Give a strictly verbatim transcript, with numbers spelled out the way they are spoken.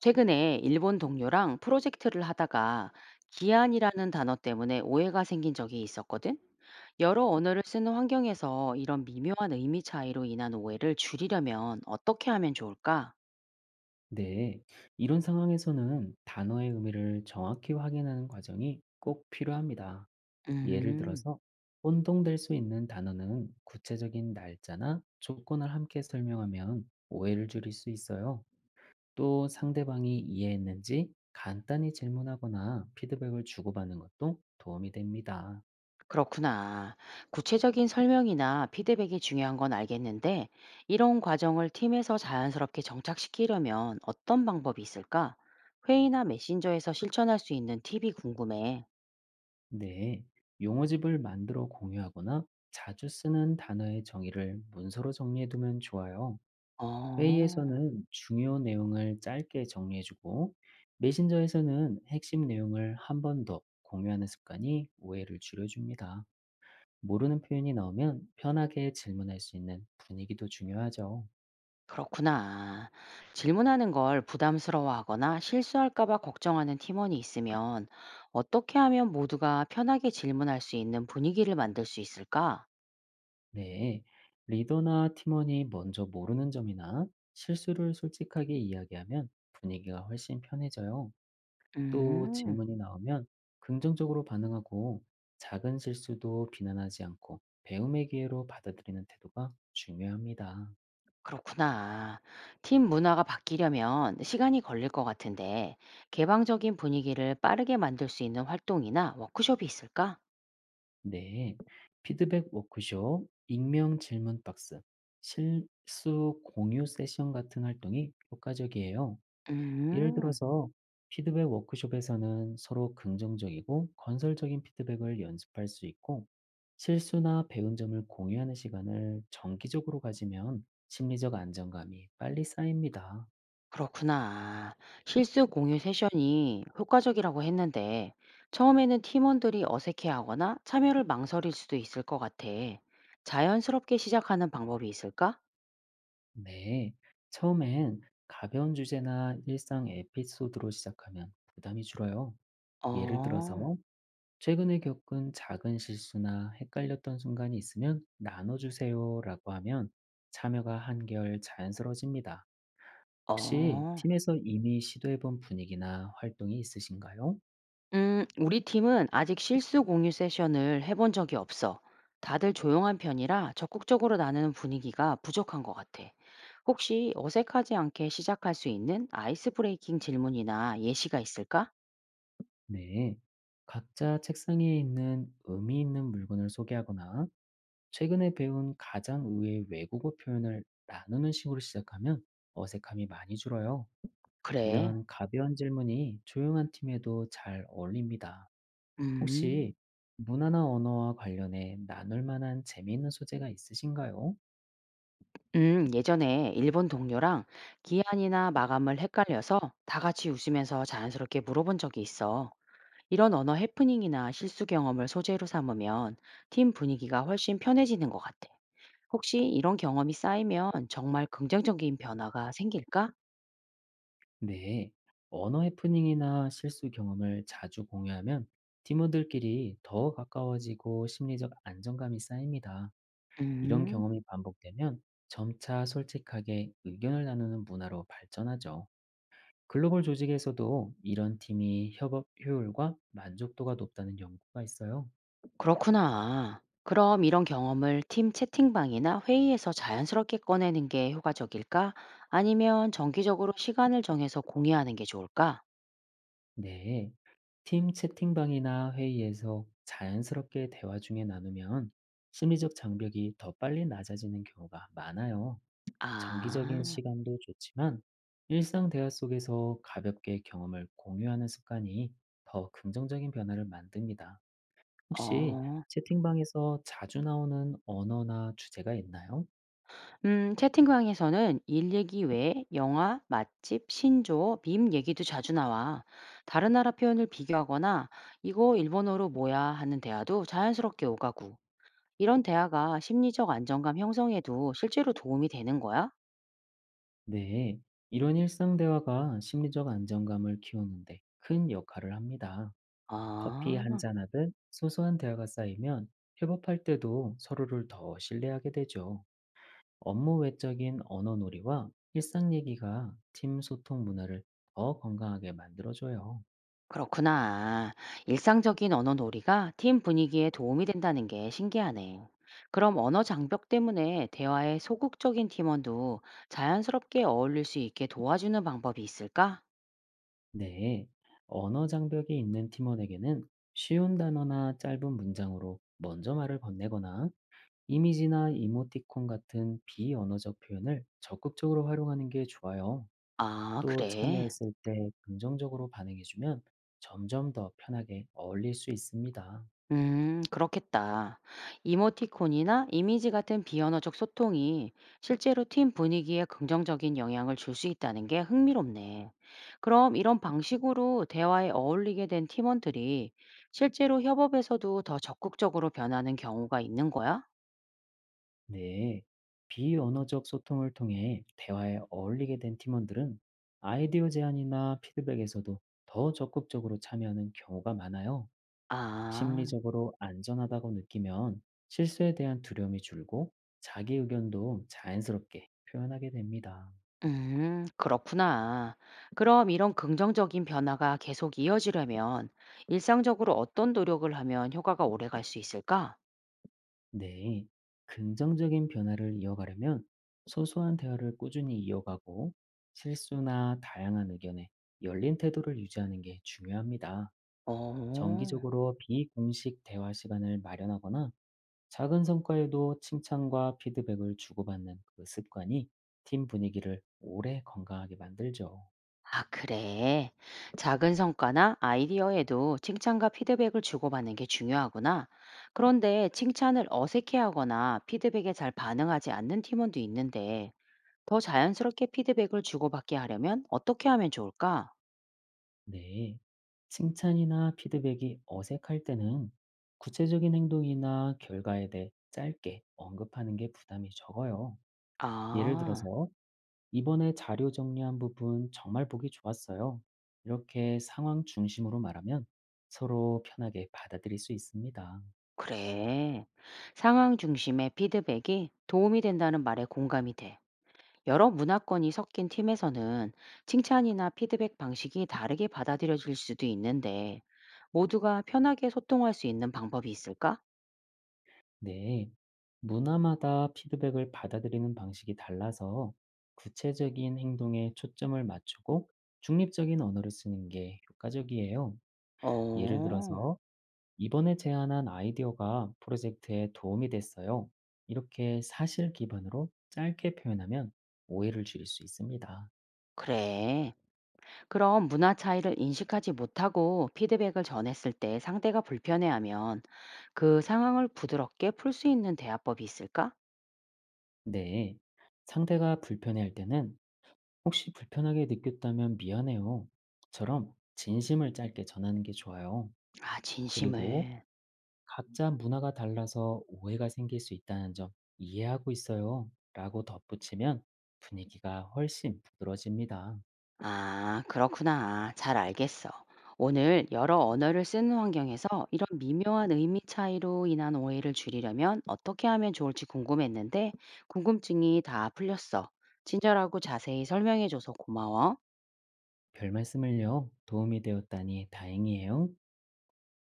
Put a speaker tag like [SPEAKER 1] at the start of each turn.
[SPEAKER 1] 최근에 일본 동료랑 프로젝트를 하다가 기한이라는 단어 때문에 오해가 생긴 적이 있었거든. 여러 언어를 쓰는 환경에서 이런 미묘한 의미 차이로 인한 오해를 줄이려면 어떻게 하면 좋을까?
[SPEAKER 2] 네, 이런 상황에서는 단어의 의미를 정확히 확인하는 과정이 꼭 필요합니다. 예를
[SPEAKER 1] 음,
[SPEAKER 2] 들어서, 혼동될 수 있는 단어는 구체적인 날짜나 조건을 함께 설명하면 오해를 줄일 수 있어요. 또 상대방이 이해했는지 간단히 질문하거나 피드백을 주고받는 것도 도움이 됩니다.
[SPEAKER 1] 그렇구나. 구체적인 설명이나 피드백이 중요한 건 알겠는데, 이런 과정을 팀에서 자연스럽게 정착시키려면 어떤 방법이 있을까? 회의나 메신저에서 실천할 수 있는 팁이 궁금해.
[SPEAKER 2] 네, 용어집을 만들어 공유하거나 자주 쓰는 단어의 정의를 문서로 정리해두면 좋아요.
[SPEAKER 1] 어.
[SPEAKER 2] 회의에서는 중요 내용을 짧게 정리해주고, 메신저에서는 핵심 내용을 한 번 더 공유하는 습관이 오해를 줄여줍니다. 모르는 표현이 나오면 편하게 질문할 수 있는 분위기도 중요하죠.
[SPEAKER 1] 그렇구나. 질문하는 걸 부담스러워하거나 실수할까 봐 걱정하는 팀원이 있으면 어떻게 하면 모두가 편하게 질문할 수 있는 분위기를 만들 수 있을까?
[SPEAKER 2] 네. 리더나 팀원이 먼저 모르는 점이나 실수를 솔직하게 이야기하면 분위기가 훨씬 편해져요. 또
[SPEAKER 1] 음,
[SPEAKER 2] 질문이 나오면 긍정적으로 반응하고 작은 실수도 비난하지 않고 배움의 기회로 받아들이는 태도가 중요합니다.
[SPEAKER 1] 그렇구나. 팀 문화가 바뀌려면 시간이 걸릴 것 같은데 개방적인 분위기를 빠르게 만들 수 있는 활동이나 워크숍이 있을까?
[SPEAKER 2] 네. 피드백 워크숍, 익명 질문 박스, 실수 공유 세션 같은 활동이 효과적이에요. 예를
[SPEAKER 1] 음.
[SPEAKER 2] 들어서 피드백 워크숍에서는 서로 긍정적이고 건설적인 피드백을 연습할 수 있고 실수나 배운 점을 공유하는 시간을 정기적으로 가지면 심리적 안정감이 빨리 쌓입니다.
[SPEAKER 1] 그렇구나. 실수 공유 세션이 효과적이라고 했는데, 처음에는 팀원들이 어색해하거나 참여를 망설일 수도 있을 것 같아. 자연스럽게 시작하는 방법이 있을까?
[SPEAKER 2] 네. 처음엔 가벼운 주제나 일상 에피소드로 시작하면 부담이 줄어요. 예를
[SPEAKER 1] 어,
[SPEAKER 2] 들어서 최근에 겪은 작은 실수나 헷갈렸던 순간이 있으면 나눠주세요라고 하면 참여가 한결 자연스러워집니다. 혹시
[SPEAKER 1] 어.
[SPEAKER 2] 팀에서 이미 시도해본 분위기나 활동이 있으신가요?
[SPEAKER 1] 음, 우리 팀은 아직 실수 공유 세션을 해본 적이 없어. 다들 조용한 편이라 적극적으로 나누는 분위기가 부족한 것 같아. 혹시 어색하지 않게 시작할 수 있는 아이스 브레이킹 질문이나 예시가 있을까?
[SPEAKER 2] 네. 각자 책상 위에 있는 의미 있는 물건을 소개하거나 최근에 배운 가장 의외의 외국어 표현을 나누는 식으로 시작하면 어색함이 많이 줄어요.
[SPEAKER 1] 그래.
[SPEAKER 2] 이런 가벼운 질문이 조용한 팀에도 잘 어울립니다.
[SPEAKER 1] 음.
[SPEAKER 2] 혹시 문화나 언어와 관련해 나눌 만한 재미있는 소재가 있으신가요?
[SPEAKER 1] 음, 예전에 일본 동료랑 기한이나 마감을 헷갈려서 다 같이 웃으면서 자연스럽게 물어본 적이 있어. 이런 언어 해프닝이나 실수 경험을 소재로 삼으면 팀 분위기가 훨씬 편해지는 것 같아. 혹시 이런 경험이 쌓이면 정말 긍정적인 변화가 생길까?
[SPEAKER 2] 네, 언어 해프닝이나 실수 경험을 자주 공유하면 팀원들끼리 더 가까워지고 심리적 안정감이 쌓입니다. 이런
[SPEAKER 1] 음.
[SPEAKER 2] 경험이 반복되면 점차 솔직하게 의견을 나누는 문화로 발전하죠. 글로벌 조직에서도 이런 팀이 협업 효율과 만족도가 높다는 연구가 있어요.
[SPEAKER 1] 그렇구나. 그럼 이런 경험을 팀 채팅방이나 회의에서 자연스럽게 꺼내는 게 효과적일까? 아니면 정기적으로 시간을 정해서 공유하는 게 좋을까?
[SPEAKER 2] 네, 팀 채팅방이나 회의에서 자연스럽게 대화 중에 나누면 심리적 장벽이 더 빨리 낮아지는 경우가 많아요. 정기적인
[SPEAKER 1] 아,
[SPEAKER 2] 시간도 좋지만 일상 대화 속에서 가볍게 경험을 공유하는 습관이 더 긍정적인 변화를 만듭니다. 혹시
[SPEAKER 1] 어.
[SPEAKER 2] 채팅방에서 자주 나오는 언어나 주제가 있나요?
[SPEAKER 1] 음, 채팅방에서는 일 얘기 외에 영화, 맛집, 신조, 밈 얘기도 자주 나와. 다른 나라 표현을 비교하거나 이거 일본어로 뭐야 하는 대화도 자연스럽게 오가고. 이런 대화가 심리적 안정감 형성에도 실제로 도움이 되는 거야?
[SPEAKER 2] 네, 이런 일상 대화가 심리적 안정감을 키우는데 큰 역할을 합니다. 커피 한
[SPEAKER 1] 아.
[SPEAKER 2] 잔 하듯 소소한 대화가 쌓이면 협업할 때도 서로를 더 신뢰하게 되죠. 업무 외적인 언어놀이와 일상 얘기가 팀 소통 문화를 더 건강하게 만들어줘요.
[SPEAKER 1] 그렇구나. 일상적인 언어 놀이가 팀 분위기에 도움이 된다는 게 신기하네. 그럼 언어 장벽 때문에 대화에 소극적인 팀원도 자연스럽게 어울릴 수 있게 도와주는 방법이 있을까?
[SPEAKER 2] 네, 언어 장벽이 있는 팀원에게는 쉬운 단어나 짧은 문장으로 먼저 말을 건네거나 이미지나 이모티콘 같은 비언어적 표현을 적극적으로 활용하는 게 좋아요.
[SPEAKER 1] 아,
[SPEAKER 2] 또
[SPEAKER 1] 그래.
[SPEAKER 2] 참여했을 때 긍정적으로 반응해주면 점점 더 편하게 어울릴 수 있습니다.
[SPEAKER 1] 음, 그렇겠다. 이모티콘이나 이미지 같은 비언어적 소통이 실제로 팀 분위기에 긍정적인 영향을 줄 수 있다는 게 흥미롭네. 그럼 이런 방식으로 대화에 어울리게 된 팀원들이 실제로 협업에서도 더 적극적으로 변하는 경우가 있는 거야?
[SPEAKER 2] 네, 비언어적 소통을 통해 대화에 어울리게 된 팀원들은 아이디어 제안이나 피드백에서도 더 적극적으로 참여하는 경우가 많아요.
[SPEAKER 1] 아,
[SPEAKER 2] 심리적으로 안전하다고 느끼면 실수에 대한 두려움이 줄고 자기 의견도 자연스럽게 표현하게 됩니다.
[SPEAKER 1] 음, 그렇구나. 그럼 이런 긍정적인 변화가 계속 이어지려면 일상적으로 어떤 노력을 하면 효과가 오래 갈 수 있을까?
[SPEAKER 2] 네, 긍정적인 변화를 이어가려면 소소한 대화를 꾸준히 이어가고 실수나 다양한 의견에 열린 태도를 유지하는 게 중요합니다.
[SPEAKER 1] 어.
[SPEAKER 2] 정기적으로 비공식 대화 시간을 마련하거나 작은 성과에도 칭찬과 피드백을 주고받는 그 습관이 팀 분위기를 오래 건강하게 만들죠.
[SPEAKER 1] 아, 그래. 작은 성과나 아이디어에도 칭찬과 피드백을 주고받는 게 중요하구나. 그런데 칭찬을 어색해하거나 피드백에 잘 반응하지 않는 팀원도 있는데 더 자연스럽게 피드백을 주고받게 하려면 어떻게 하면 좋을까?
[SPEAKER 2] 네. 칭찬이나 피드백이 어색할 때는 구체적인 행동이나 결과에 대해 짧게 언급하는 게 부담이 적어요. 예를
[SPEAKER 1] 아,
[SPEAKER 2] 들어서 이번에 자료 정리한 부분 정말 보기 좋았어요. 이렇게 상황 중심으로 말하면 서로 편하게 받아들일 수 있습니다.
[SPEAKER 1] 그래. 상황 중심의 피드백이 도움이 된다는 말에 공감이 돼. 여러 문화권이 섞인 팀에서는 칭찬이나 피드백 방식이 다르게 받아들여질 수도 있는데, 모두가 편하게 소통할 수 있는 방법이 있을까?
[SPEAKER 2] 네, 문화마다 피드백을 받아들이는 방식이 달라서 구체적인 행동에 초점을 맞추고 중립적인 언어를 쓰는 게 효과적이에요. 예를
[SPEAKER 1] 어,
[SPEAKER 2] 들어서, 이번에 제안한 아이디어가 프로젝트에 도움이 됐어요. 이렇게 사실 기반으로 짧게 표현하면 오해를 줄일 수 있습니다.
[SPEAKER 1] 그래. 그럼 문화 차이를 인식하지 못하고 피드백을 전했을 때 상대가 불편해하면 그 상황을 부드럽게 풀 수 있는 대화법이 있을까?
[SPEAKER 2] 네, 상대가 불편해할 때는 혹시 불편하게 느꼈다면 미안해요. 처럼 진심을 짧게 전하는 게 좋아요.
[SPEAKER 1] 아,
[SPEAKER 2] 그리고
[SPEAKER 1] 진심을.
[SPEAKER 2] 각자 문화가 달라서 오해가 생길 수 있다는 점 이해하고 있어요. 라고 덧붙이면 분위기가 훨씬 부드러집니다.
[SPEAKER 1] 아, 그렇구나. 잘 알겠어. 오늘 여러 언어를 쓰는 환경에서 이런 미묘한 의미 차이로 인한 오해를 줄이려면 어떻게 하면 좋을지 궁금했는데, 궁금증이 다 풀렸어. 친절하고 자세히 설명해줘서 고마워.
[SPEAKER 2] 별 말씀을요. 도움이 되었다니 다행이에요.